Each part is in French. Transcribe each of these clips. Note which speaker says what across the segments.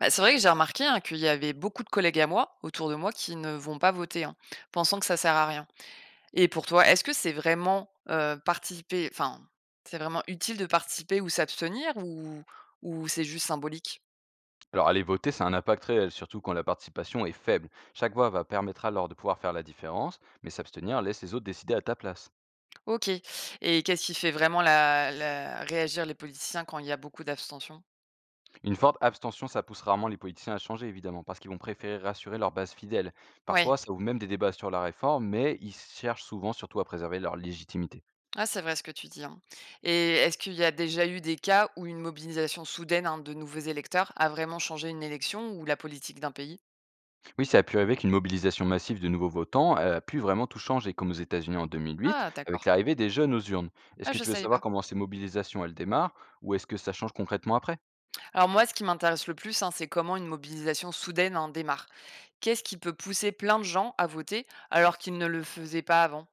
Speaker 1: Bah, c'est vrai que j'ai remarqué, hein, qu'il y avait beaucoup de collègues à moi, autour de moi, qui ne vont pas voter, hein, pensant que ça sert à rien. Et pour toi, est-ce que c'est vraiment, participer, enfin, c'est vraiment utile de participer ou s'abstenir ou c'est juste symbolique?
Speaker 2: Alors, aller voter, c'est un impact réel, surtout quand la participation est faible. Chaque voix va permettra alors de pouvoir faire la différence, mais s'abstenir laisse les autres décider à ta place.
Speaker 1: OK. Et qu'est-ce qui fait vraiment la la réagir les politiciens quand il y a beaucoup d'abstention?
Speaker 2: Une forte abstention, ça pousse rarement les politiciens à changer, évidemment, parce qu'ils vont préférer rassurer leur base fidèle.
Speaker 1: Ouais.
Speaker 2: Parfois, ça ouvre même des débats sur la réforme, mais ils cherchent souvent surtout à préserver leur légitimité.
Speaker 1: Ah, c'est vrai ce que tu dis, hein. Et est-ce qu'il y a déjà eu des cas où une mobilisation soudaine, hein, de nouveaux électeurs a vraiment changé une élection ou la politique d'un pays?
Speaker 2: Oui, ça a pu arriver qu'une mobilisation massive de nouveaux votants a pu vraiment tout changer, comme aux États-Unis en 2008,
Speaker 1: Ah,
Speaker 2: avec
Speaker 1: d'accord.
Speaker 2: l'arrivée des jeunes aux urnes. Est-ce
Speaker 1: Ah,
Speaker 2: que
Speaker 1: je
Speaker 2: tu veux
Speaker 1: savais
Speaker 2: savoir
Speaker 1: pas.
Speaker 2: comment ces mobilisations, elles démarrent, ou est-ce que ça change concrètement après?
Speaker 1: Alors moi, ce qui m'intéresse le plus, hein, c'est comment une mobilisation soudaine, hein, démarre. Qu'est-ce qui peut pousser plein de gens à voter alors qu'ils ne le faisaient pas avant?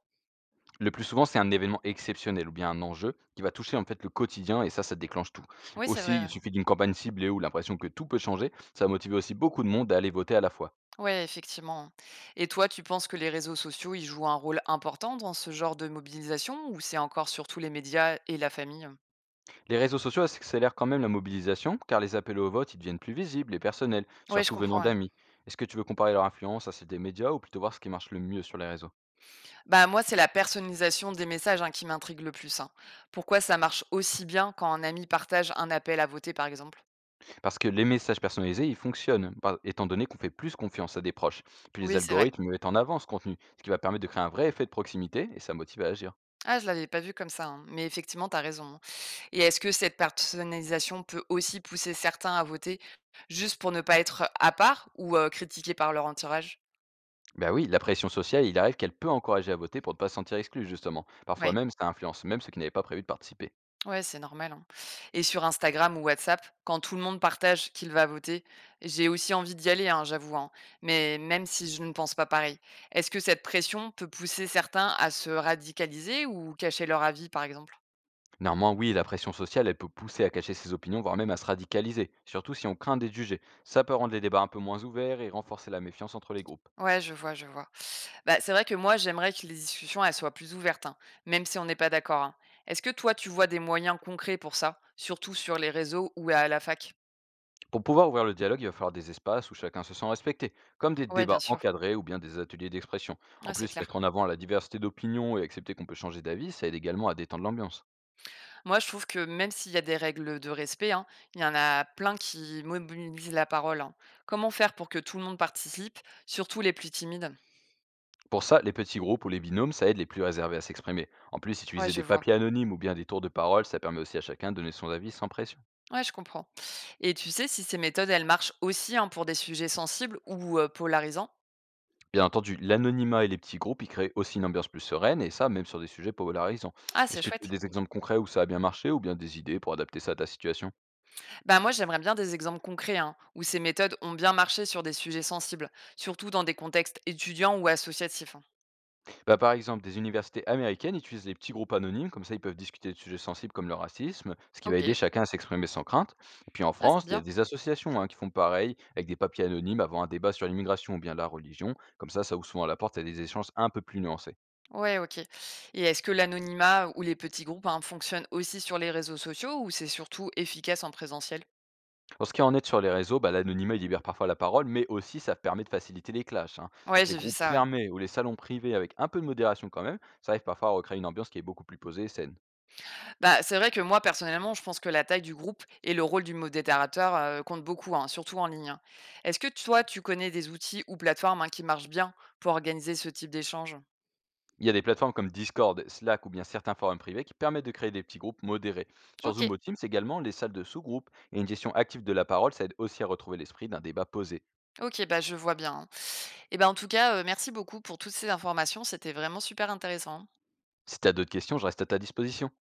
Speaker 2: Le plus souvent, c'est un événement exceptionnel ou bien un enjeu qui va toucher en fait le quotidien et ça déclenche tout.
Speaker 1: Oui, c'est
Speaker 2: Aussi,
Speaker 1: vrai.
Speaker 2: il
Speaker 1: Ouais.
Speaker 2: suffit d'une campagne ciblée ou l'impression que tout peut changer, ça va motiver aussi beaucoup de monde à aller voter à la fois.
Speaker 1: Ouais, effectivement. Et toi, tu penses que les réseaux sociaux, ils jouent un rôle important dans ce genre de mobilisation, ou c'est encore surtout les médias et la famille?
Speaker 2: Les réseaux sociaux accélèrent quand même la mobilisation car les appels au vote ils deviennent plus visibles et personnels,
Speaker 1: Oui, je
Speaker 2: surtout venant
Speaker 1: comprends, ouais.
Speaker 2: d'amis. Est-ce que tu veux comparer leur influence à celle des médias ou plutôt voir ce qui marche le mieux sur les réseaux?
Speaker 1: Bah moi, c'est la personnalisation des messages, hein, qui m'intrigue le plus, hein. Pourquoi ça marche aussi bien quand un ami partage un appel à voter, par exemple?
Speaker 2: Parce que les messages personnalisés, ils fonctionnent, étant donné qu'on fait plus confiance à des proches. Puis les
Speaker 1: Oui, c'est vrai.
Speaker 2: algorithmes mettent en avant ce contenu, ce qui va permettre de créer un vrai effet de proximité et ça motive à agir.
Speaker 1: Ah, je l'avais pas vu comme ça, hein, mais effectivement, tu as raison. Et est-ce que cette personnalisation peut aussi pousser certains à voter juste pour ne pas être à part ou critiqués par leur entourage?
Speaker 2: Ben oui, la pression sociale, il arrive qu'elle peut encourager à voter pour ne pas se sentir exclu, justement. Parfois
Speaker 1: Ouais,
Speaker 2: même, ça influence même ceux qui n'avaient pas prévu de participer.
Speaker 1: ouais, c'est normal, hein, et sur Instagram ou WhatsApp, quand tout le monde partage qu'il va voter, j'ai aussi envie d'y aller, hein, j'avoue, hein, mais même si je ne pense pas pareil. Est-ce que cette pression peut pousser certains à se radicaliser ou cacher leur avis, par exemple?
Speaker 2: Néanmoins, oui, la pression sociale, elle peut pousser à cacher ses opinions, voire même à se radicaliser, surtout si on craint d'être jugé. Ça peut rendre les débats un peu moins ouverts et renforcer la méfiance entre les groupes.
Speaker 1: Ouais, je vois, je vois. Bah, c'est vrai que moi, j'aimerais que les discussions, elles soient plus ouvertes, hein, même si on n'est pas d'accord, hein. Est-ce que toi, tu vois des moyens concrets pour ça, surtout sur les réseaux ou à la fac?
Speaker 2: Pour pouvoir ouvrir le dialogue, il va falloir des espaces où chacun se sent respecté, comme des
Speaker 1: Ouais, bien
Speaker 2: débats
Speaker 1: sûr.
Speaker 2: encadrés ou bien des ateliers d'expression. En
Speaker 1: Ouais, c'est
Speaker 2: plus,
Speaker 1: clair.
Speaker 2: mettre en avant la diversité d'opinions et accepter qu'on peut changer d'avis, ça aide également à détendre l'ambiance.
Speaker 1: Moi, je trouve que même s'il y a des règles de respect, hein, il y en a plein qui mobilisent la parole, hein. Comment faire pour que tout le monde participe, surtout les plus timides?
Speaker 2: Pour ça, les petits groupes ou les binômes, ça aide les plus réservés à s'exprimer. En plus,
Speaker 1: Ouais,
Speaker 2: utiliser des
Speaker 1: je vois.
Speaker 2: papiers anonymes ou bien des tours de parole, ça permet aussi à chacun de donner son avis sans pression.
Speaker 1: Ouais, je comprends. Et tu sais si ces méthodes, elles marchent aussi, hein, pour des sujets sensibles ou polarisants?
Speaker 2: Bien entendu, l'anonymat et les petits groupes, ils créent aussi une ambiance plus sereine, et ça, même sur des sujets polarisants.
Speaker 1: Ah,
Speaker 2: Est-ce
Speaker 1: c'est
Speaker 2: que tu as
Speaker 1: chouette.
Speaker 2: des exemples concrets où ça a bien marché, ou bien des idées pour adapter ça à ta situation?
Speaker 1: Bah moi, j'aimerais bien des exemples concrets, hein, où ces méthodes ont bien marché sur des sujets sensibles, surtout dans des contextes étudiants ou associatifs, hein.
Speaker 2: Bah, par exemple, des universités américaines utilisent les petits groupes anonymes, comme ça ils peuvent discuter de sujets sensibles comme le racisme, ce qui va
Speaker 1: OK.
Speaker 2: aider chacun à s'exprimer sans crainte. Et puis en
Speaker 1: Ah, c'est
Speaker 2: France, il y a
Speaker 1: bien.
Speaker 2: des associations hein, qui font pareil, avec des papiers anonymes avant un débat sur l'immigration ou bien la religion. Comme ça ouvre souvent la porte à des échanges un peu plus nuancés.
Speaker 1: Ouais, OK. Et est-ce que l'anonymat ou les petits groupes, hein, fonctionnent aussi sur les réseaux sociaux, ou c'est surtout efficace en présentiel?
Speaker 2: En ce qui en est sur les réseaux, bah, l'anonymat il libère parfois la parole, mais aussi ça permet de faciliter les clashs, hein.
Speaker 1: Ouais,
Speaker 2: Donc les
Speaker 1: j'ai vu
Speaker 2: groupes
Speaker 1: ça, ouais.
Speaker 2: fermés ou les salons privés avec un peu de modération quand même, ça arrive parfois à recréer une ambiance qui est beaucoup plus posée et saine.
Speaker 1: Bah, c'est vrai que moi, personnellement, je pense que la taille du groupe et le rôle du modérateur comptent beaucoup, hein, surtout en ligne, hein. Est-ce que toi, tu connais des outils ou plateformes, hein, qui marchent bien pour organiser ce type d'échange?
Speaker 2: Il y a des plateformes comme Discord, Slack ou bien certains forums privés qui permettent de créer des petits groupes modérés. Sur
Speaker 1: OK.
Speaker 2: Zoomo Teams également, les salles de sous-groupes et une gestion active de la parole, ça aide aussi à retrouver l'esprit d'un débat posé.
Speaker 1: OK, bah, je vois bien. Et ben, en tout cas, merci beaucoup pour toutes ces informations, c'était vraiment super intéressant.
Speaker 2: Si tu as d'autres questions, je reste à ta disposition.